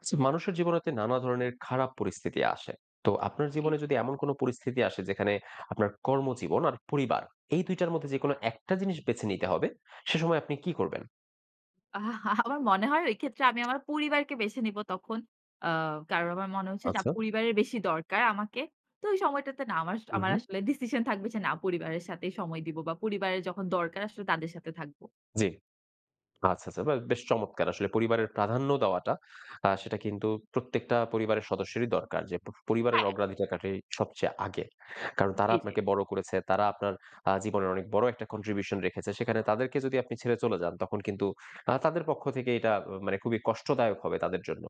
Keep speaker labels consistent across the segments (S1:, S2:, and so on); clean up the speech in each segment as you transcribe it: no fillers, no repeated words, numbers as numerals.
S1: আচ্ছা, মানুষের জীবনেতে নানা ধরনের খারাপ পরিস্থিতি আসে। তো আপনার
S2: জি।
S1: জীবনে যদি এমন কোনো পরিস্থিতি আসে যেখানে আপনার কর্মজীবন আর পরিবার এই ২ টার মধ্যে যেকোনো একটা জিনিস বেছে নিতে হবে, সে সময় আপনি কি করবেন?
S2: আহ আমার মনে হয় ওই ক্ষেত্রে আমি আমার পরিবারকে বেছে নিব তখন। আ কারণ আমার মনে হচ্ছে না
S1: আচ্ছা।
S2: পরিবারের বেশি দরকার আমাকে। তো ওই সময়টাতে না আমার
S1: হু,
S2: আমার
S1: হু।
S2: আসলে ডিসিশন থাকবে যে না পরিবারের সাথেই সময় দিব বা পরিবারের যখন দরকার আসলে তাদের সাথে থাকব।
S1: জি। আচ্ছা, আচ্ছা। বা বেশ চমৎকার। আসলে পরিবারের প্রাধান্য দেওয়াটা সেটা কিন্তু প্রত্যেকটা পরিবারের সদস্যেরই দরকার। যে পরিবারের
S2: হ্যাঁ।
S1: অগ্রাধিকারটাই সবচেয়ে আগে। কারণ তারা
S2: জি, জি।
S1: আপনাকে বড় করেছে। তারা আপনার জীবনের অনেক বড় একটা কন্ট্রিবিউশন রেখেছে। সেখানে তাদেরকে যদি আপনি ছেড়ে চলে যান তখন কিন্তু তাদের পক্ষ থেকে এটা মানে খুবই কষ্টদায়ক হবে তাদের জন্য।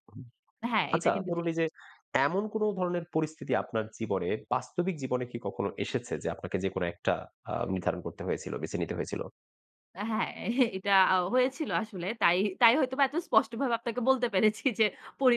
S2: হ্যাঁ, এটা
S1: আচ্ছা
S2: কিন্তু
S1: ধরুন
S2: ঠিক।
S1: এই যে এমন কোন ধরনের পরিস্থিতি আপনার জীবনে বাস্তবিক জীবনে কি কখনো এসেছে যে আপনাকে যেকোনো একটা নির্ধারণ করতে হয়েছিল, বেছে নিতে হয়েছিল?
S2: হ্যাঁ, এটা হয়েছিল আসলে। তাই হয়তোবা এত স্পষ্টভাবে আপনাকে বলতে পেরেছি যে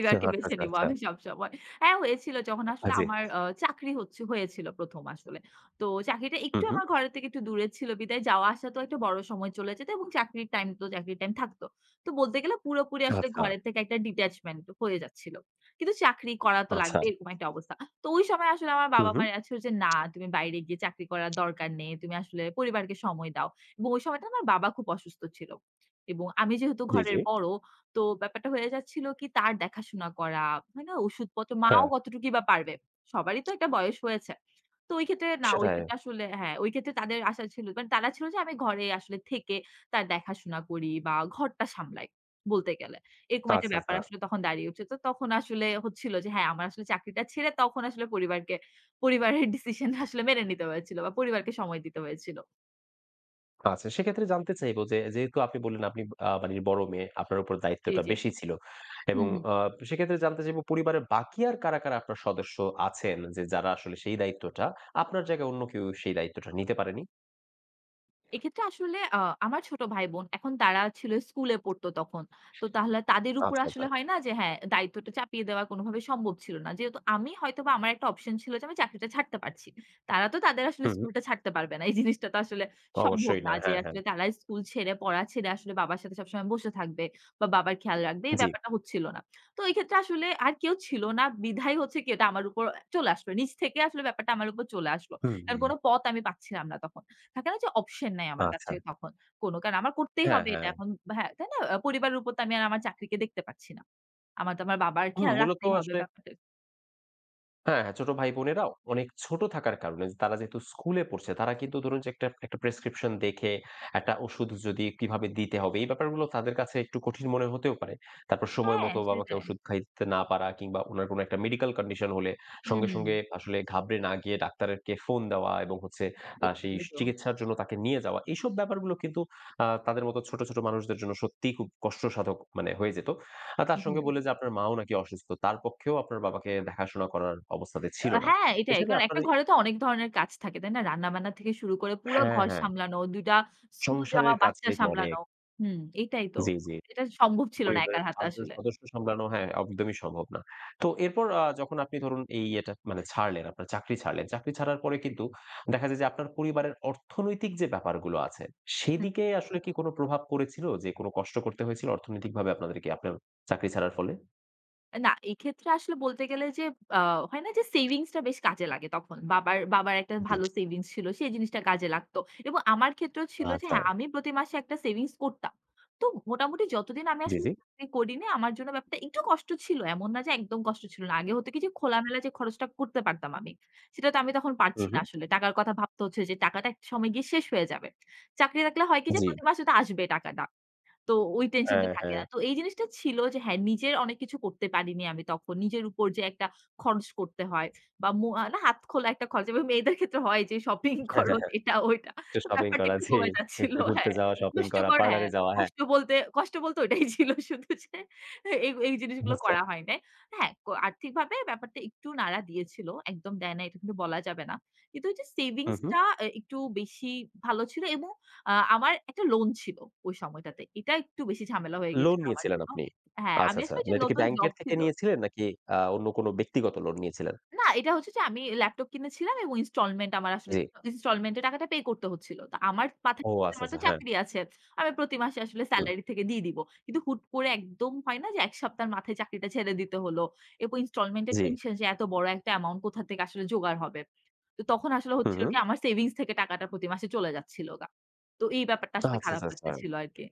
S1: আচ্ছা,
S2: বেছে
S1: আচ্ছা,
S2: নিবো
S1: আচ্ছা।
S2: আমি সবসময়। হ্যাঁ, হয়েছিল যখন
S1: আ
S2: আসলে
S1: জি।
S2: আমার চাকরি হয়েছিল ১ম আসলে। তো চাকরিটা
S1: হু,
S2: একটু
S1: হু।
S2: আমার ঘরের থেকে একটু দূরে ছিল বিধায় যাওয়া আসা তো একটা বড় সময় চলে যেত এবং চাকরির টাইম তো চাকরির টাইম থাকতো। তো বলতে গেলে পুরোপুরি আসলে
S1: আচ্ছা,
S2: ঘরের থেকে একটা ডিট্যাচমেন্ট হয়ে যাচ্ছিল। কিন্তু চাকরি করা তো
S1: আচ্ছা।
S2: লাগবে এরকম একটা অবস্থা। তো ওই সময় আসলে আমার
S1: হুম,
S2: বাবা-মা
S1: হুম।
S2: রা ছিল যে, "না, তুমি বাইরে গিয়ে চাকরি করার দরকার নেই। তুমি আসলে পরিবারকে সময় দাও।" এবং ওই সময়টা আমার বাবা খুব অসুস্থ ছিল। এবং আমি যেহেতু
S1: জি, জি।
S2: ঘরের বড়, তো ব্যাপারটা হয়ে যাচ্ছিল কি তার দেখাশোনা করা, হয় না? ওষুধপত্র মাও
S1: হ্যাঁ,
S2: কতটুকুই বা পারবে। সবারই তো একটা বয়স হয়েছে। তো ওই ক্ষেত্রে না, ওই
S1: সেটাই।
S2: ক্ষেত্রে আসলে হ্যাঁ, ওই ক্ষেত্রে তাদের আশা ছিল মানে তারা ছিল যে আমি ঘরে আসলে থেকে তার দেখাশোনা করি বা ঘরটা সামলাই বলতে গেলে। এরকম একটা
S1: আচ্ছা,
S2: ব্যাপার
S1: আচ্ছা।
S2: আসলে তখন দাঁড়িয়ে উঠছে। তো তখন আসলে হচ্ছিল যে হ্যাঁ, আমার আসলে চাকরিটা ছেড়ে তখন আসলে পরিবারকে পরিবারের ডিসিশন আসলে মেনে নিতে হয়েছিল বা পরিবারকে সময় দিতে হয়েছিল।
S1: আচ্ছা, সেক্ষেত্রে জানতে চাইবো যে, যেহেতু আপনি বললেন আপনি বাড়ির বড় মেয়ে, আপনার উপর
S2: জি,
S1: দায়িত্বটা
S2: জি।
S1: বেশি ছিল।
S2: হু,
S1: এবং
S2: হু।
S1: সেক্ষেত্রে জানতে চাইবো পরিবারের বাকি আর কারা, কারা আপনার সদস্য আছেন যে, যারা আসলে সেই দায়িত্বটা আপনার জায়গায় অন্য কেউ সেই দায়িত্বটা নিতে পারেনি?
S2: এক্ষেত্রে আসলে আমার ছোট ভাই-বোন এখন তারা ছিল স্কুলে পড়তো তখন। তো তাহলে তাদের উপর
S1: আচ্ছা, আচ্ছা।
S2: আসলে হয় না যে হ্যাঁ, দায়িত্বটা চাপিয়ে দেওয়া কোনভাবে সম্ভব ছিল না। যেহেতু আমি হয়তোবা আমার একটা অপশন ছিল যে আমি চাকরিটা ছাড়তে পারছি। তারা তো তাদের আসলে
S1: হুম,
S2: স্কুলটা ছাড়তে পারবে না। এই জিনিসটা তো আসলে সম্ভব
S1: অবশ্যই
S2: না
S1: না।
S2: যে
S1: হ্যাঁ, হ্যাঁ।
S2: আসলে তারা স্কুল ছেড়ে, পড়া ছেড়ে আসলে বাবার সাথে সবসময় বসে থাকবে বা বাবার খেয়াল রাখবে এই
S1: জি।
S2: ব্যাপারটা হচ্ছিল না। তো এই ক্ষেত্রে আসলে আর কেউ ছিল না বিধায় হচ্ছে কি এটা আমার উপর চলে আসলো। নিজ থেকে আসলে ব্যাপারটা আমার উপর চলে আসলো।
S1: হুম,
S2: কারণ
S1: হুম।
S2: কোন পথ আমি পাচ্ছিলাম না তখন। থাকে না যে অপশন নাই আমার কাছে
S1: আচ্ছা।
S2: তখন কোনো। কারণ আমার করতেই
S1: হ্যাঁ,
S2: হবে এটা
S1: হ্যাঁ।
S2: এখন হ্যাঁ, তাই না? পরিবারের উপর তো আমি আর আমার চাকরিকে দেখতে পাচ্ছি না। আমার তো আমার বাবার
S1: হুম,
S2: খেয়াল
S1: মূলত
S2: রাখতেই হবে
S1: আসলে
S2: ব্যাপারটা
S1: হ্যাঁ, হ্যাঁ, ছোট ভাই-বোনেরাও অনেক ছোট থাকার কারণে যে তারা যেহেতু স্কুলে পড়ছে, তারা কিন্তু ধরুন যে একটা প্রেসক্রিপশন দেখে একটা ওষুধ যদি কিভাবে দিতে হবে, এই ব্যাপারগুলো তাদের কাছে একটু কঠিন মনে হতেও পারে। তারপর সময়
S2: হ্যাঁ,
S1: মতো বাবাকে
S2: সেটাই।
S1: ওষুধ খাইতে না পারা কিংবা উনার কোনো একটা মেডিকেল কন্ডিশন হলে সঙ্গে,
S2: হুম,
S1: সঙ্গে আসলে ঘাবড়ে না গিয়ে ডাক্তারকে ফোন দেওয়া এবং হচ্ছে সেই
S2: এটাই তো।
S1: চিকিৎসার জন্য তাকে নিয়ে যাওয়া। এইসব ব্যাপারগুলো কিন্তু তাদের মতো ছোট, ছোট মানুষদের জন্য সত্যিই খুব কষ্টসাধক মানে হয়ে যেত। আর তার
S2: হুম।
S1: সঙ্গে বললেন যে আপনার মাও নাকি অসুস্থ। তার পক্ষেও আপনার বাবাকে দেখাশোনা করার অবস্থাতে ছিল না।
S2: হ্যাঁ, এটাই।
S1: হিসেবে
S2: কারণ
S1: আপনার
S2: একটা
S1: এই
S2: ঘরে তো অনেক ধরনের কাজ থাকে, তাই না? রান্নাবান্না থেকে শুরু করে পুরা
S1: হ্যাঁ,
S2: ঘর
S1: হ্যাঁ।
S2: সামলানো, ২ টা স্কুল যাওয়া
S1: সংসারের
S2: বাচ্চা
S1: কাজটাই তো অনেক।
S2: সামলানো। হুম, এটাই তো।
S1: জি, জি।
S2: এটা সম্ভব ছিল না একার
S1: পরিবারের
S2: হাতে
S1: ৫ জন
S2: আসলে।
S1: সদস্য সামলানো হ্যাঁ, একদমই সম্ভব না। তো এরপর যখন আপনি ধরুন এই এটা মানে ছাড়লেন, আপনার চাকরি ছাড়লেন। চাকরি ছাড়ার পরে কিন্তু দেখা যায় যে আপনার পরিবারের অর্থনৈতিক যে ব্যাপারগুলো আছে, সেদিকে আসলে কি কোনো প্রভাব পড়েছিল? যে কোনো কষ্ট করতে হয়েছিল অর্থনৈতিকভাবে আপনাদেরকে আপনার চাকরি ছাড়ার ফলে?
S2: না, এক্ষেত্রে আসলে বলতে গেলে যে আ হয় না যে সেভিংস টা বেশ কাজে লাগে তখন। বাবার বাবার একটা
S1: জি।
S2: ভালো সেভিংস ছিল। সেই জিনিসটা কাজে লাগতো। এবং আমার ক্ষেত্রেও ছিল যে
S1: আচ্ছা।
S2: হ্যাঁ, আমি প্রতি মাসে একটা সেভিংস করতাম। তো মোটামুটি যতদিন আমি
S1: জি,
S2: আসলে
S1: জি।
S2: চাকরি করিনি আমার জন্য ব্যাপারটা একটু কষ্ট ছিল। এমন না যে একদম কষ্ট ছিল না। আগে হতো কি যে খোলামেলা যে খরচটা করতে পারতাম আমি। সেটা তো আমি তখন
S1: হু,
S2: পারছি না
S1: হু।
S2: আসলে। টাকার কথা ভাবতে হচ্ছে যে টাকাটা একটা সময় গিয়ে শেষ হয়ে যাবে। চাকরি থাকলে হয় কি যে
S1: জি।
S2: প্রতি মাসে তো আসবে টাকাটা। তো ওই টেনশনটা
S1: হ্যাঁ,
S2: থাকে
S1: হ্যাঁ।
S2: না। তো এই জিনিসটা ছিল যে হ্যাঁ, নিজের অনেক কিছু করতে পারিনি আমি তখন। নিজের উপর যে একটা খরচ করতে হয় বা মো আ না হাত খোলা একটা খরচ এবং মেয়েদের ক্ষেত্রে হয় যে শপিং খরচ এটা ওইটা।
S1: একটু
S2: তো
S1: শপিং
S2: ব্যাপারটা
S1: করা,
S2: একটু
S1: জি।
S2: কমে যাচ্ছিল।
S1: একটু ঘুরতে
S2: হ্যাঁ,
S1: যাওয়া, শপিং করা,
S2: কষ্টকর হ্যাঁ,
S1: পার্লারে যাওয়া, হ্যাঁ।
S2: কষ্ট বলতে ওইটাই ছিল শুধু যে এই, এই জিনিসগুলো
S1: আচ্ছা।
S2: করা হয় নাই। হ্যাঁ, আর্থিকভাবে ব্যাপারটা একটু নাড়া দিয়েছিল। একদম দেয় না এটা কিন্তু বলা যাবে না। কিন্তু ওই যে
S1: হু, হু।
S2: সেভিংসটা একটু বেশি ভালো ছিল এবং আমার একটা লোন ছিল ওই সময়টাতে। এটা একটু বেশি ঝামেলা হয়ে
S1: লোন
S2: গেছিল আমার
S1: নিয়েছিলেন
S2: জন্য।
S1: আপনি।
S2: হ্যাঁ,
S1: আচ্ছা,
S2: আমি
S1: আচ্ছা।
S2: আসলে যে
S1: মানে এটা কি
S2: নতুন জব
S1: ব্যাংকের থেকে
S2: ছিল।
S1: নিয়েছিলেন নাকি অন্য কোনো ব্যক্তিগত লোন নিয়েছিলেন?
S2: না, এটা হচ্ছে যে আমি ল্যাপটপ কিনেছিলাম এবং ইনস্টলমেন্ট আমার আসলে
S1: জি।
S2: ইনস্টলমেন্ট এ টাকাটা পে করতে হচ্ছিল। তো আমার মাথায়
S1: ও
S2: ছিল যে
S1: আচ্ছা,
S2: আমার তো
S1: আচ্ছা। হ্যাঁ।
S2: চাকরি আছে। আমি প্রতি মাসে আসলে
S1: হুম।
S2: সেলারি থেকে দিয়ে দিব। কিন্তু হুট করে একদম হয় না যে ১ সপ্তাহের মাথায় চাকরিটা ছেড়ে দিতে হলো। এরপর ইনস্টলমেন্ট এর
S1: জি।
S2: টেনশন যে এত বড় একটা অ্যামাউন্ট কোথা থেকে আসলে জোগাড় হবে। তো তখন আসলে
S1: হু,
S2: হচ্ছিল
S1: হু।
S2: কি আমার সেভিংস থেকে টাকাটা প্রতি মাসে চলে যাচ্ছিল গা। তো এই ব্যাপারটা
S1: আচ্ছা,
S2: আসলে
S1: আচ্ছা,
S2: খারাপ
S1: আচ্ছা।
S2: লাগতেছিল আরকি।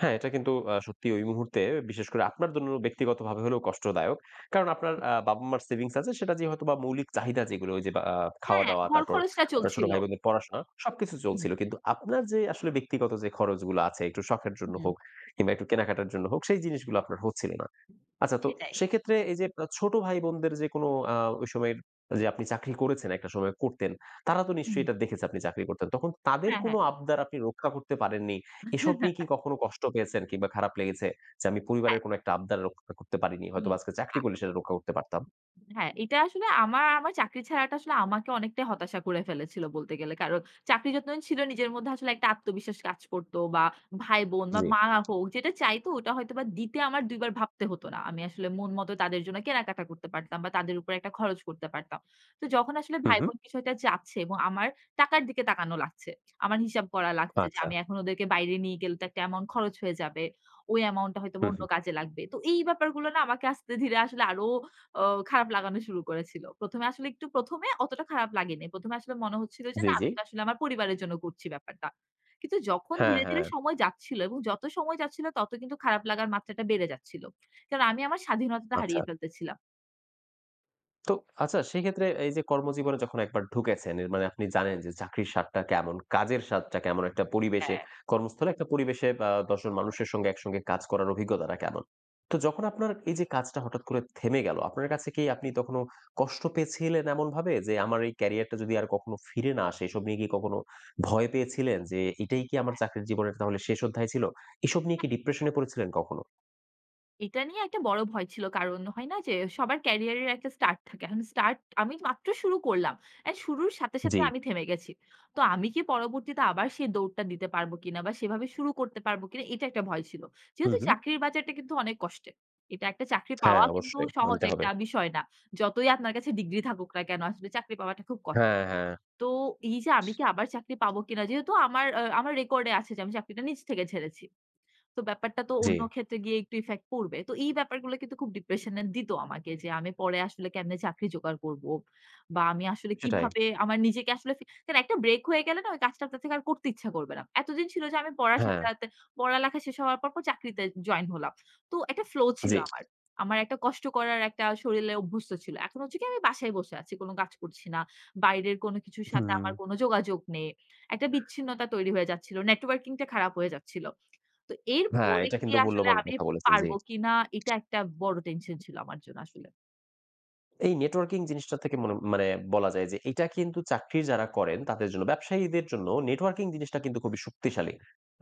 S1: হ্যাঁ, এটা কিন্তু সত্যি ওই মুহূর্তে বিশেষ করে আপনার জন্য ব্যক্তিগতভাবে হলেও কষ্টদায়ক। কারণ আপনার বাবা-মার সেভিংস আছে সেটা দিয়ে হয়তোবা মৌলিক চাহিদা যেগুলো ওই যে বা আ
S2: হ্যাঁ,
S1: খাওয়া-দাওয়া
S2: ঘর
S1: তারপর
S2: খরচটা
S1: আপনার ছোট
S2: চলছিল।
S1: ভাই-বোনদের পড়াশোনা সবকিছু
S2: হুম,
S1: চলছিল। কিন্তু আপনার যে আসলে ব্যক্তিগত যে খরচগুলো আছে একটু শখের জন্য
S2: হুম,
S1: হোক কিংবা একটু কেনাকাটার জন্য হোক সেই জিনিসগুলো আপনার হচ্ছিল না। আচ্ছা তো
S2: সেটাই।
S1: সেক্ষেত্রে এই যে ছোট ভাই-বোনদের যে কোনো ওই সময়ের যে আপনি চাকরি করেছেন, একটা সময় করতেন। তারা তো
S2: হুম,
S1: নিশ্চয়ই এটা দেখেছে আপনি চাকরি করতেন। তখন তাদের
S2: হ্যাঁ,
S1: কোনো
S2: হ্যাঁ।
S1: আবদার আপনি রক্ষা করতে পারেননি। এসব নিয়ে কি কখনো কষ্ট পেয়েছেন কিংবা খারাপ লেগেছে যে আমি
S2: হ্যাঁ,
S1: পরিবারের কোনো একটা আবদার রক্ষা করতে পারিনি।
S2: হুম।
S1: হয়তোবা আজকে চাকরি করলে সেটা রক্ষা করতে পারতাম?
S2: হ্যাঁ, এটা আসলে আমার আমার চাকরি ছাড়াটা আসলে আমাকে অনেকটাই হতাশা করে ফেলেছিল বলতে গেলে। কারণ চাকরি যতদিন ছিল নিজের মধ্যে আসলে একটা আত্মবিশ্বাস কাজ করত বা ভাই-বোন বা
S1: জি।
S2: মা হোক যেটা চাইতো ওটা হয়তোবা দিতে আমার ২ বার ভাবতে হতো না। আমি আসলে মন মতো তাদের জন্য কেনাকাটা করতে পারতাম বা তাদের উপর একটা খরচ করতে পারতাম। তো যখন আসলে
S1: হু, হু।
S2: ভাই-বোন বিষয়টা যাচ্ছে এবং আমার টাকার দিকে তাকানো লাগছে। আমার হিসাব করা লাগছে যে
S1: আচ্ছা।
S2: আমি এখন ওদেরকে বাইরে নিয়ে গেলে তো একটা অ্যামাউন্ট খরচ হয়ে যাবে। ওই অ্যামাউন্টটা হয়তোবা
S1: হু,
S2: অন্য
S1: হু।
S2: কাজে লাগবে। তো এই ব্যাপারগুলো না আমাকে আস্তে ধীরে আসলে আরো ও খারাপ লাগানো শুরু করেছিল। ১ম এ আসলে একটু ১ম এ অতটা খারাপ লাগেনি। ১ম এ আসলে মনে হচ্ছিল যে
S1: জি,
S2: না
S1: জি।
S2: আমি তো আসলে আমার পরিবারের জন্য করছি ব্যাপারটা। কিন্তু যখন
S1: হ্যাঁ,
S2: ধীরে, ধীরে
S1: হ্যাঁ।
S2: সময় যাচ্ছিল এবং যত সময় যাচ্ছিল তত কিন্তু খারাপ লাগার মাত্রাটা বেড়ে যাচ্ছিল। কারণ আমি আমার স্বাধীনতাটা
S1: আচ্ছা।
S2: হারিয়ে ফেলতেছিলাম।
S1: তো আচ্ছা সেক্ষেত্রে এই যে কর্মজীবনে যখন একবার ঢুকেছেন এর মানে আপনি জানেন যে চাকরির স্বাদটা কেমন, কাজের স্বাদটা কেমন, একটা পরিবেশে
S2: হ্যাঁ।
S1: কর্মস্থলে একটা পরিবেশে ১০ জন মানুষের সঙ্গে একসঙ্গে কাজ করার অভিজ্ঞতাটা কেমন। তো যখন আপনার এই যে কাজটা হঠাৎ করে থেমে গেল, আপনার কাছে কি আপনি তখনো কষ্ট পেয়েছিলেন এমনভাবে যে আমার এই ক্যারিয়ারটা যদি আর কখনো ফিরে না আসে এসব নিয়ে কি কখনো ভয় পেয়েছিলেন যে এটাই কি আমার চাকরির জীবনের তাহলে শেষ অধ্যায় ছিল? এসব নিয়ে কি ডিপ্রেশন এ পড়েছিলেন কখনো?
S2: এটা নিয়ে একটা বড় ভয় ছিল। কারণ হয় না যে সবার ক্যারিয়ারের একটা স্টার্ট থাকে। এখন স্টার্ট আমি মাত্র শুরু করলাম। অ্যান্ড শুরুর সাথে, সাথে
S1: জি।
S2: আমি থেমে গেছি। তো আমি কি পরবর্তীতে আবার সেই দৌড়টা দিতে পারব কিনা বা সেভাবে শুরু করতে পারব কিনা এটা একটা ভয় ছিল।
S1: হু,
S2: যেহেতু
S1: হু।
S2: চাকরির বাজারটা কিন্তু অনেক কষ্টের। এটা একটা চাকরি
S1: হ্যাঁ,
S2: পাওয়া কিন্তু
S1: অবশ্যই
S2: সহজ
S1: আনতে হবে।
S2: একটা বিষয় না। যতই আপনার কাছে ডিগ্রি থাকুক না কেন আসলে চাকরি পাওয়াটা খুব কষ্ট।
S1: হ্যাঁ, হ্যাঁ।
S2: তো এই যে আমি কি আবার চাকরি পাবো কিনা যেহেতু আমার রেকর্ড এ আছে যে আমি চাকরিটা নিজ থেকে ছেড়েছি। তো ব্যাপারটা তো
S1: জি,
S2: অন্য ক্ষেত্রে গিয়ে একটু ইফেক্ট পড়বে। তো এই ব্যাপারগুলো কিন্তু খুব ডিপ্রেশন এ দিত আমাকে যে আমি পরে আসলে কেমনে চাকরি জোগাড় করব? বা আমি আসলে
S1: সেটাই।
S2: কিভাবে আমার নিজেকে আসলে কারণ একটা ব্রেক হয়ে গেলে না ওই কাজটা আপনার থেকে আর করতে ইচ্ছা করবে না। এতদিন ছিল যে আমি পড়ার সাথে,
S1: হ্যাঁ,
S2: সাথে পড়ালেখা শেষ হওয়ার পর, পর চাকরিতে জয়েন হলাম। তো একটা ফ্লো ছিল
S1: জি।
S2: আমার। আমার একটা কষ্ট করার একটা শরীরে অভ্যস্ত ছিল। এখন হচ্ছে কি আমি বাসায় বসে আছি। কোন কাজ করছি না। বাইরের কোন কিছুর সাথে
S1: হুম।
S2: আমার কোন যোগাযোগ নেই। একটা বিচ্ছিন্নতা তৈরি হয়ে যাচ্ছিল। নেটওয়ার্কিং টা খারাপ হয়ে যাচ্ছিল। তো
S1: হ্যাঁ,
S2: এরপরে
S1: এটা
S2: কি
S1: কিন্তু
S2: আসলে
S1: মূল্যবান
S2: আমি
S1: কথা বলেছেন, জি।
S2: পারব কিনা এটা একটা বড় টেনশন ছিল আমার জন্য আসলে।
S1: এই নেটওয়ার্কিং জিনিসটা থেকে মনে মানে বলা যায় যে এটা কিন্তু চাকরি যারা করেন তাদের জন্য, ব্যবসায়ীদের জন্য নেটওয়ার্কিং জিনিসটা কিন্তু খুবই শক্তিশালী।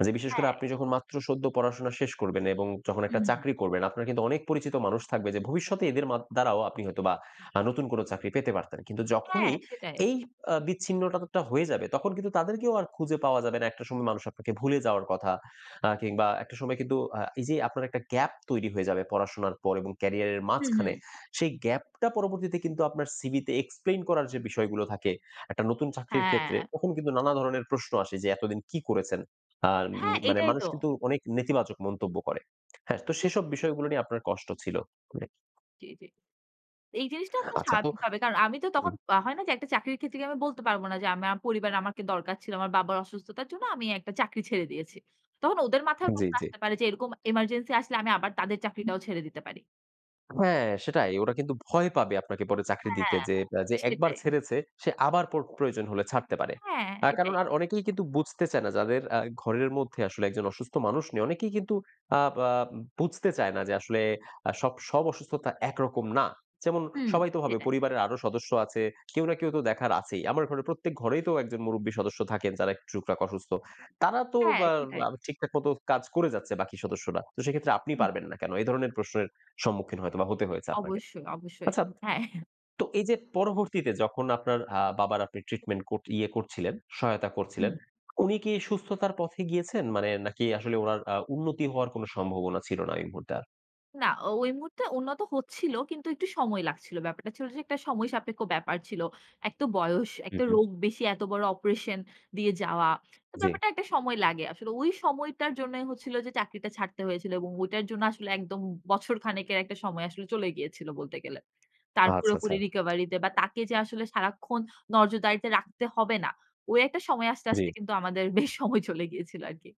S1: যে বিশেষ করে
S2: হ্যাঁ,
S1: আপনি যখন মাত্র সদ্য পড়াশোনা শেষ করবেন এবং যখন একটা
S2: হুম।
S1: চাকরি করবেন, আপনার কিন্তু অনেক পরিচিত মানুষ থাকবে যে ভবিষ্যতে এদের মা দ্বারাও আপনি হয়তোবা নতুন কোনো চাকরি পেতে পারতেন। কিন্তু
S2: হ্যাঁ
S1: যখনই
S2: সেটাই।
S1: এই বিচ্ছিন্নতাটা হয়ে যাবে তখন কিন্তু তাদেরকেও আর খুঁজে পাওয়া যাবে না। একটা সময় মানুষ আপনাকে ভুলে যাওয়ার কথা কিংবা একটা সময় কিন্তু এই যে আপনার একটা গ্যাপ তৈরি হয়ে যাবে পড়াশোনার পর এবং ক্যারিয়ারের
S2: হুম, হুম।
S1: মাঝখানে। সেই গ্যাপটা পরবর্তীতে কিন্তু আপনার সিভিতে এক্সপ্লেইন করার যে বিষয়গুলো থাকে, একটা নতুন চাকরির
S2: হ্যাঁ,
S1: ক্ষেত্রে তখন কিন্তু নানা ধরনের প্রশ্ন আসে যে এতদিন কি করেছেন? আ
S2: হ্যাঁ
S1: নি মানে
S2: এটাই
S1: মানুষ
S2: তো।
S1: কিন্তু অনেক নেতিবাচক মন্তব্য করে। হ্যাঁ, তো
S2: জি,
S1: সেসব বিষয়গুলো নিয়ে আপনার কষ্ট ছিল। মানে
S2: জি, জি। এই জিনিসটা তো
S1: আচ্ছা তো
S2: স্বাভাবিকভাবে কারণ আমি তো তখন
S1: হুম,
S2: হয় না যে একটা চাকরির ক্ষেত্রে গিয়ে আমি বলতে পারব না যে আমার পরিবারে আমাকে দরকার ছিল। আমার বাবার অসুস্থতার জন্য আমি একটা চাকরি ছেড়ে দিয়েছি। তখন ওদের মাথায়
S1: জি,
S2: প্রশ্ন
S1: জি।
S2: আসতে পারে যে এরকম এমার্জেন্সি আসলে আমি আবার তাদের চাকরিটাও ছেড়ে দিতে পারি।
S1: হ্যাঁ, সেটাই। ওরা কিন্তু ভয় পাবে আপনাকে পরে চাকরি দিতে
S2: হ্যাঁ,
S1: যে, যে একবার
S2: সেটাই।
S1: ছেড়েছে সে আবার পর প্রয়োজন হলে ছাড়তে পারে।
S2: হ্যাঁ,
S1: কারণ
S2: এটাই।
S1: আর অনেকেই কিন্তু বুঝতে চায় না যাদের ঘরের মধ্যে আসলে একজন অসুস্থ মানুষ নেই। অনেকেই কিন্তু আ বা বুঝতে চায় না যে আসলে সব অসুস্থতা একরকম না। যেমন
S2: হুম।
S1: সবাই তো ভাবে
S2: সেটাই।
S1: পরিবারের আরো সদস্য আছে। কেউ না কেউ তো দেখার আছেই। আমার ঘরে প্রত্যেক ঘরেই তো একজন মুরুব্বি সদস্য থাকেন যারা একটু টুকটাক অসুস্থ। তারা তো
S2: হ্যাঁ,
S1: বা
S2: সেটাই।
S1: আ ঠিকঠাক মতো কাজ করে যাচ্ছে বাকি সদস্যরা। তো সেক্ষেত্রে আপনি পারবেন না কেন? এই ধরনের প্রশ্নের সম্মুখীন হয়তোবা হতে হয়েছে আপনাকে।
S2: অবশ্যই, অবশ্যই।
S1: আচ্ছা,
S2: হ্যাঁ।
S1: তো এই যে পরবর্তীতে যখন আপনার বাবার আপনি ট্রিটমেন্ট কর ইয়ে করছিলেন, সহায়তা করছিলেন,
S2: হুম।
S1: উনি কি সুস্থতার পথে গিয়েছেন? মানে নাকি আসলে উনার উন্নতি হওয়ার কোনো সম্ভাবনা ছিল না এই মুহূর্তে আর?
S2: না ও ওই মুহূর্তে উন্নত হচ্ছিল কিন্তু একটু সময় লাগছিল। ব্যাপারটা ছিল যে একটা সময় সাপেক্ষ ব্যাপার ছিল। এক তো বয়স,
S1: হু,
S2: একটা
S1: হু।
S2: রোগ বেশি, এত বড় অপারেশন দিয়ে যাওয়া। তো
S1: জি।
S2: ব্যাপারটা একটা সময় লাগে। আসলে ওই সময়টার জন্যই হচ্ছিল যে চাকরিটা ছাড়তে হয়েছিল এবং ওইটার জন্য আসলে একদম বছর খানেকের একটা সময় আসলে চলে গিয়েছিল বলতে গেলে। তার
S1: আচ্ছা, আচ্ছা।
S2: পুরোপুরি রিকভারি তে বা তাকে যে আসলে সারাক্ষণ নজরদারিতে রাখতে হবে না। ওই একটা সময় আস্তে,
S1: জি।
S2: আস্তে কিন্তু আমাদের বেশ সময় চলে গিয়েছিল আরকি।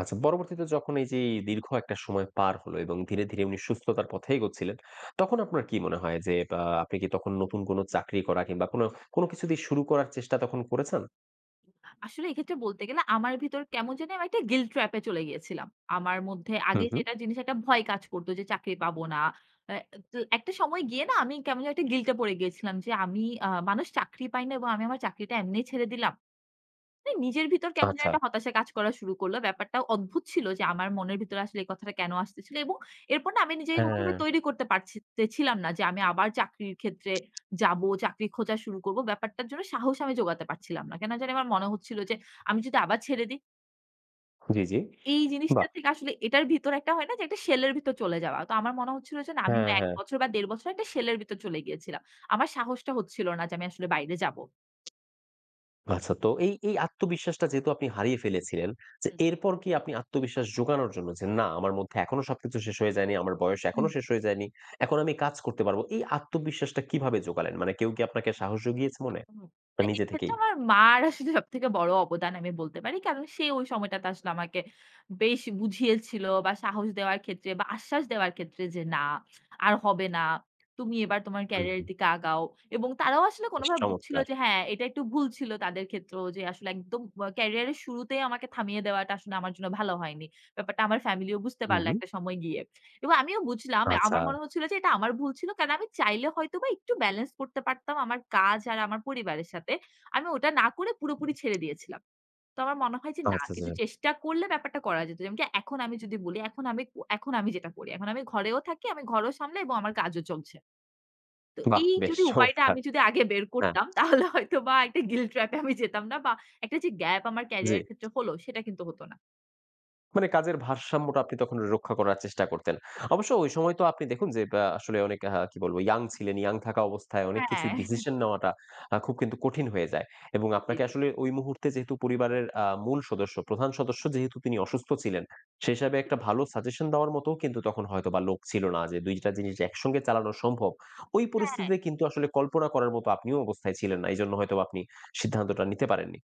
S1: আচ্ছা, পরবর্তীতে যখন এই যে এই দীর্ঘ একটা সময় পার হলো এবং ধীরে, ধীরে উনি সুস্থতার পথে এগোচ্ছিলেন, তখন আপনার কি মনে হয় যে আপনি কি তখন নতুন কোনো চাকরি করা কিংবা কোনো কিছু দিয়ে শুরু করার চেষ্টা তখন করেছেন?
S2: আসলে এক্ষেত্রে বলতে গেলে আমার ভিতর কেমন জানি আমি একটা গিল্ট ট্র্যাপ এ চলে গিয়েছিলাম। আমার মধ্যে
S1: হু,
S2: আগে
S1: হু।
S2: যেটা জিনিস একটা ভয় কাজ করত যে চাকরি পাবো না। আ তো একটা সময় গিয়ে না আমি কেমন জানি একটা গিল্ট এ পড়ে গিয়েছিলাম যে আমি মানুষ চাকরি পায় না এবং আমি আমার চাকরিটা এমনি ছেড়ে দিলাম। না, নিজের ভিতর কেমন যেন
S1: আচ্ছা।
S2: একটা হতাশা কাজ করা শুরু করল। ব্যাপারটা অদ্ভুত ছিল যে আমার মনের ভিতরে আসলে এই কথাটা কেন আসতেছিল এবং এরপর না আমি নিজেকে কোনোভাবে
S1: হ্যাঁ।
S2: তৈরি করতে পারছিতেছিলাম না যে আমি আবার চাকরির ক্ষেত্রে যাবো, চাকরি খোঁজা শুরু করব। ব্যাপারটার জন্য সাহস আমি জোগাতে পারছিলাম না। কেন জানি আমার মনে হচ্ছিল যে আমি যদি আবার ছেড়ে দিই,
S1: জি, জি।
S2: এই জিনিসটা
S1: বাহ!
S2: থেকে আসলে এটার ভিতর একটা হয় না যে একটা শেলের ভিতর চলে যাওয়া। তো আমার মনে হচ্ছিল যে না আমি
S1: হ্যাঁ,
S2: ওই ১
S1: হ্যাঁ।
S2: বছর বা ১.৫ বছর একটা শেলের ভিতর চলে গিয়েছিলাম। আমার সাহসটা হচ্ছিল না যে আমি আসলে বাইরে যাব।
S1: আচ্ছা তো এই আত্মবিশ্বাসটা যেহেতু আপনি হারিয়ে ফেলেছিলেন, যে এরপর কি আপনি আত্মবিশ্বাস জোগানোর জন্য যে না আমার মধ্যে এখনো সবকিছু শেষ হয়ে যায়নি, আমার বয়স
S2: হুম।
S1: এখনো শেষ হয়ে যায়নি, এখন আমি কাজ করতে পারবো। এই আত্মবিশ্বাসটা কিভাবে জোগালেন? মানে কেউ কি আপনাকে সাহস জুগিয়েছে মনে?
S2: হুম।
S1: না নিজে
S2: এক্ষেত্রে
S1: থেকেই?
S2: আমার মার আসলে সবথেকে বড় অবদান আমি বলতে পারি। কারণ সে ওই সময়টাতে আসলে আমাকে বেশ বুঝিয়েছিল বা সাহস দেওয়ার ক্ষেত্রে বা আশ্বাস দেওয়ার ক্ষেত্রে যে, "না, আর হবে না। তুমি এবার তোমার
S1: হুম,
S2: ক্যারিয়ারের
S1: হুম।
S2: দিকে আগাও" এবং তারাও আসলে
S1: বেশ
S2: কোনোভাবে বুঝছিল
S1: চমৎকার!
S2: যে হ্যাঁ, এটা একটু ভুল ছিল তাদের ক্ষেত্রেও যে আসলে একদম ক্যারিয়ারের শুরুতেই আমাকে থামিয়ে দেওয়াটা আসলে আমার জন্য ভালো হয়নি। ব্যাপারটা আমার ফ্যামিলিও বুঝতে
S1: হুম,
S2: পারল
S1: হুম।
S2: একটা সময় গিয়ে। এবং আমিও বুঝলাম
S1: আচ্ছা,
S2: আমার মনে হচ্ছিল যে এটা আমার ভুল ছিল। কারণ আমি চাইলে হয়তোবা একটু ব্যালেন্স করতে পারতাম আমার কাজ আর আমার পরিবারের সাথে। আমি ওটা না করে পুরোপুরি ছেড়ে দিয়েছিলাম। তো আমার মনে হয় যে না
S1: আচ্ছা, আচ্ছা।
S2: কিন্তু চেষ্টা করলে ব্যাপারটা করা যেত। যেমনকি এখন আমি যদি বলি এখন আমি যেটা করি। এখন আমি ঘরেও থাকি, আমি ঘরও সামলাই এবং আমার কাজও চলছে। তো
S1: বাহ!
S2: এই
S1: বেশ
S2: যদি উপায়টা
S1: চমৎকার!
S2: আমি যদি আগে বের
S1: হ্যাঁ,
S2: করতাম তাহলে হয়তোবা একটা guilt trap এ আমি যেতাম না বা একটা যে গ্যাপ আমার
S1: জি।
S2: ক্যারিয়ার এর ক্ষেত্রে হলো সেটা কিন্তু হতো না।
S1: মানে কাজের ভারসাম্যটা আপনি তখন রক্ষা করার চেষ্টা করতেন। অবশ্য ওই সময় তো আপনি দেখুন যে বা আসলে অনেক কি বলবো ইয়াং ছিলেন। ইয়াং থাকা অবস্থায় অনেক কিছু
S2: হ্যাঁ,
S1: ডিসিশন নেওয়াটা খুব কিন্তু কঠিন হয়ে যায়। এবং
S2: জি,
S1: আপনাকে
S2: জি,
S1: আসলে ওই মুহূর্তে যেহেতু পরিবারের মূল সদস্য, প্রধান সদস্য যেহেতু তিনি অসুস্থ ছিলেন, সে হিসাবে
S2: জি।
S1: একটা ভালো সাজেশন দেওয়ার মতও কিন্তু তখন হয়তোবা লোক ছিল না যে ২ টা জিনিস একসঙ্গে চালানো সম্ভব। ওই
S2: হ্যাঁ,
S1: পরিস্থিতিতে কিন্তু আসলে কল্পনা করার মতো আপনিও অবস্থায় ছিলেন না। এজন্য হয়তোবা আপনি সিদ্ধান্তটা নিতে পারেননি।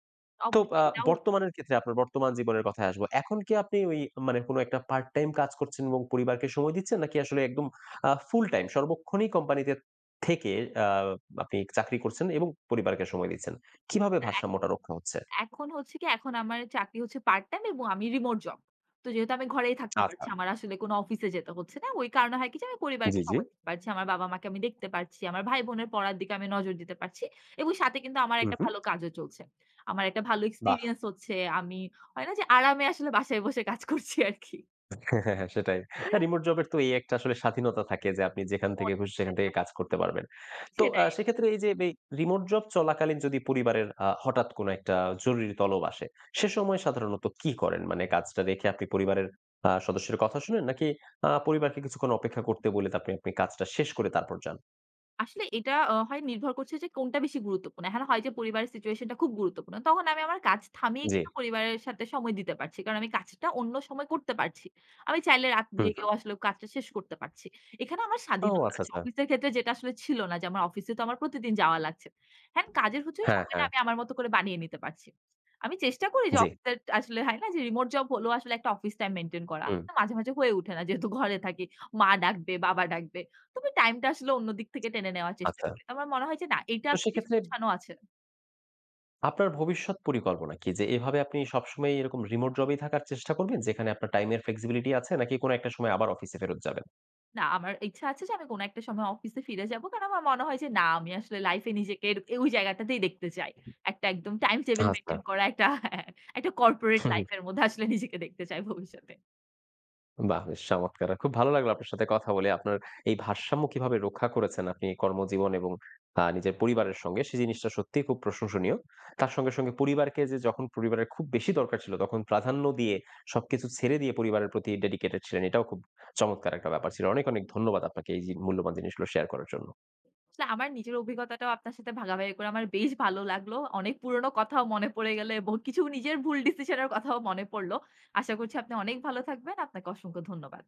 S1: তো
S2: অবশ্যই
S1: আ
S2: এটাও
S1: বর্তমানের ক্ষেত্রে আপনার বর্তমান জীবনের কথায় আসবো। এখন কি আপনি ওই মানে কোন একটা পার্ট টাইম কাজ করছেন এবং পরিবারকে সময় দিচ্ছেন? নাকি আসলে একদম ফুল টাইম সর্বক্ষণই কোম্পানিতে থেকে আ আপনি চাকরি করছেন এবং পরিবারকে সময় দিচ্ছেন? কিভাবে ভারসাম্যটা রক্ষা হচ্ছে?
S2: এখন হচ্ছে কি, এখন আমার চাকরি হচ্ছে পার্ট টাইম এবং আমি রিমোট জব। তো যেহেতু আমি ঘরেই থাকতে পারছি,
S1: আচ্ছা।
S2: আমার আসলে কোনো অফিসে যেতে হচ্ছে না। ওই কারণে হয় কি যে, আমি পরিবারকে
S1: জি, জি।
S2: সময় দিতে পারছি। আমার বাবা-মাকে আমি দেখতে পারছি। আমার ভাই-বোনের পড়ার দিকে আমি নজর দিতে পারছি এবং সাথে কিন্তু আমার
S1: হু,
S2: একটা
S1: হু।
S2: ভালো কাজও চলছে। আমার একটা ভালো
S1: বাহ!
S2: এক্সপেরিয়েন্স হচ্ছে। আমি হয় না যে, আরামে আসলে বাসায় বসে কাজ করছি আরকি।
S1: হ্যাঁ, হ্যাঁ সেটাই। হ্যাঁ, রিমোট জবের তো এই একটা আসলে স্বাধীনতা থাকে যে আপনি যেখান থেকে খুশি সেখান থেকে কাজ করতে পারবেন। তো সেক্ষেত্রে এই যে এই রিমোট জব চলাকালীন যদি পরিবারের হঠাৎ কোনো একটা জরুরি তলব আসে, সে সময় সাধারণত কি করেন? মানে কাজটা রেখে আপনি পরিবারের সদস্যের কথা শুনেন নাকি পরিবারকে কিছুক্ষণ অপেক্ষা করতে বলে আপনি আপনি কাজটা শেষ করে তারপর যান?
S2: আসলে এটা হয় নির্ভর করছে যে কোনটা বেশি গুরুত্বপূর্ণ। এখন হয় যে পরিবারের সিচুয়েশনটা খুব গুরুত্বপূর্ণ। তখন আমি আমার কাজ থামিয়ে
S1: জি।
S2: কিন্তু পরিবারের সাথে সময় দিতে পারছি। কারণ আমি কাজটা অন্য সময় করতে পারছি। আমি চাইলে রাত
S1: হুম,
S2: জেগেও
S1: হুম।
S2: আসলে কাজটা শেষ করতে পারছি। এখানে আমার
S1: ও
S2: স্বাধীনতা
S1: আচ্ছা,
S2: আছে।
S1: আচ্ছা।
S2: অফিসের ক্ষেত্রে যেটা আসলে ছিল না যে আমার অফিসে তো আমার প্রতিদিন যাওয়া লাগছে। হ্যাঁ, কাজের হচ্ছে ওই
S1: হ্যাঁ,
S2: সময়টা
S1: হ্যাঁ।
S2: আমি আমার মতো করে বানিয়ে নিতে পারছি। আমি চেষ্টা করি যে
S1: জি।
S2: অফিসের আসলে হয় না যে রিমোট জব হলেও আসলে একটা অফিস টাইম মেইনটেইন করা।
S1: হুম,
S2: তো মাঝে, মাঝে হয়ে ওঠে না যেহেতু ঘরে থাকি। মা ডাকবে, বাবা ডাকবে। তবে টাইমটা আসলে অন্য দিক থেকে টেনে নেওয়ার চেষ্টা
S1: আচ্ছা।
S2: করি। আমার মনে হয় যে না এটা
S1: তো
S2: বেশ
S1: সেক্ষেত্রে
S2: গোছানো আছে।
S1: আপনার ভবিষ্যৎ পরিকল্পনা কি? যে এভাবে আপনি সবসময় এরকম রিমোট জবেই থাকার চেষ্টা করবেন যেখানে আপনার টাইমের ফ্লেক্সিবিলিটি আছে নাকি কোনো একটা সময় আবার অফিসে ফেরত যাবেন?
S2: না আমার ইচ্ছা আছে যে আমি কোন একটা সময় অফিসে ফিরে যাব। কারণ আমার মনে হয় যে না আমি আসলে লাইফ এ নিজেকে এর ওই জায়গাটাতেই দেখতে চাই। একটা একদম টাইম টেবল
S1: আচ্ছা।
S2: মেইনটেইন করা একটা হ্যাঁ, একটা কর্পোরেট
S1: হুম,
S2: লাইফ
S1: হুম।
S2: এর মধ্যে আসলে নিজেকে দেখতে চাই ভবিষ্যতে।
S1: বাহ! বেশ চমৎকার। খুব ভালো লাগলো আপনার সাথে কথা বলে। আপনার এই ভারসাম্য কিভাবে রক্ষা করেছেন আপনি কর্মজীবন এবং নিজের পরিবারের সঙ্গে সেই জিনিসটা সত্যিই খুব প্রশংসনীয়। তার সঙ্গে, সঙ্গে পরিবারকে যে যখন পরিবারের খুব বেশি দরকার ছিল তখন প্রাধান্য দিয়ে সবকিছু ছেড়ে দিয়ে পরিবারের প্রতি ডেডিকেটেড ছিলেন। এটাও খুব চমৎকার একটা ব্যাপার ছিল। অনেক, অনেক ধন্যবাদ আপনাকে এই জি মূল্যবান জিনিসগুলো শেয়ার করার জন্য।
S2: আসলে আমার নিজের অভিজ্ঞতাটাও আপনার সাথে ভাগাভাগি করে আমার বেশ ভালো লাগলো। অনেক পুরনো কথাও মনে পড়ে গেল এবং কিছু নিজের ভুল ডিসিশন এর কথাও মনে পড়ল। আশা করছি আপনি অনেক ভালো থাকবেন। আপনাকে অসংখ্য ধন্যবাদ।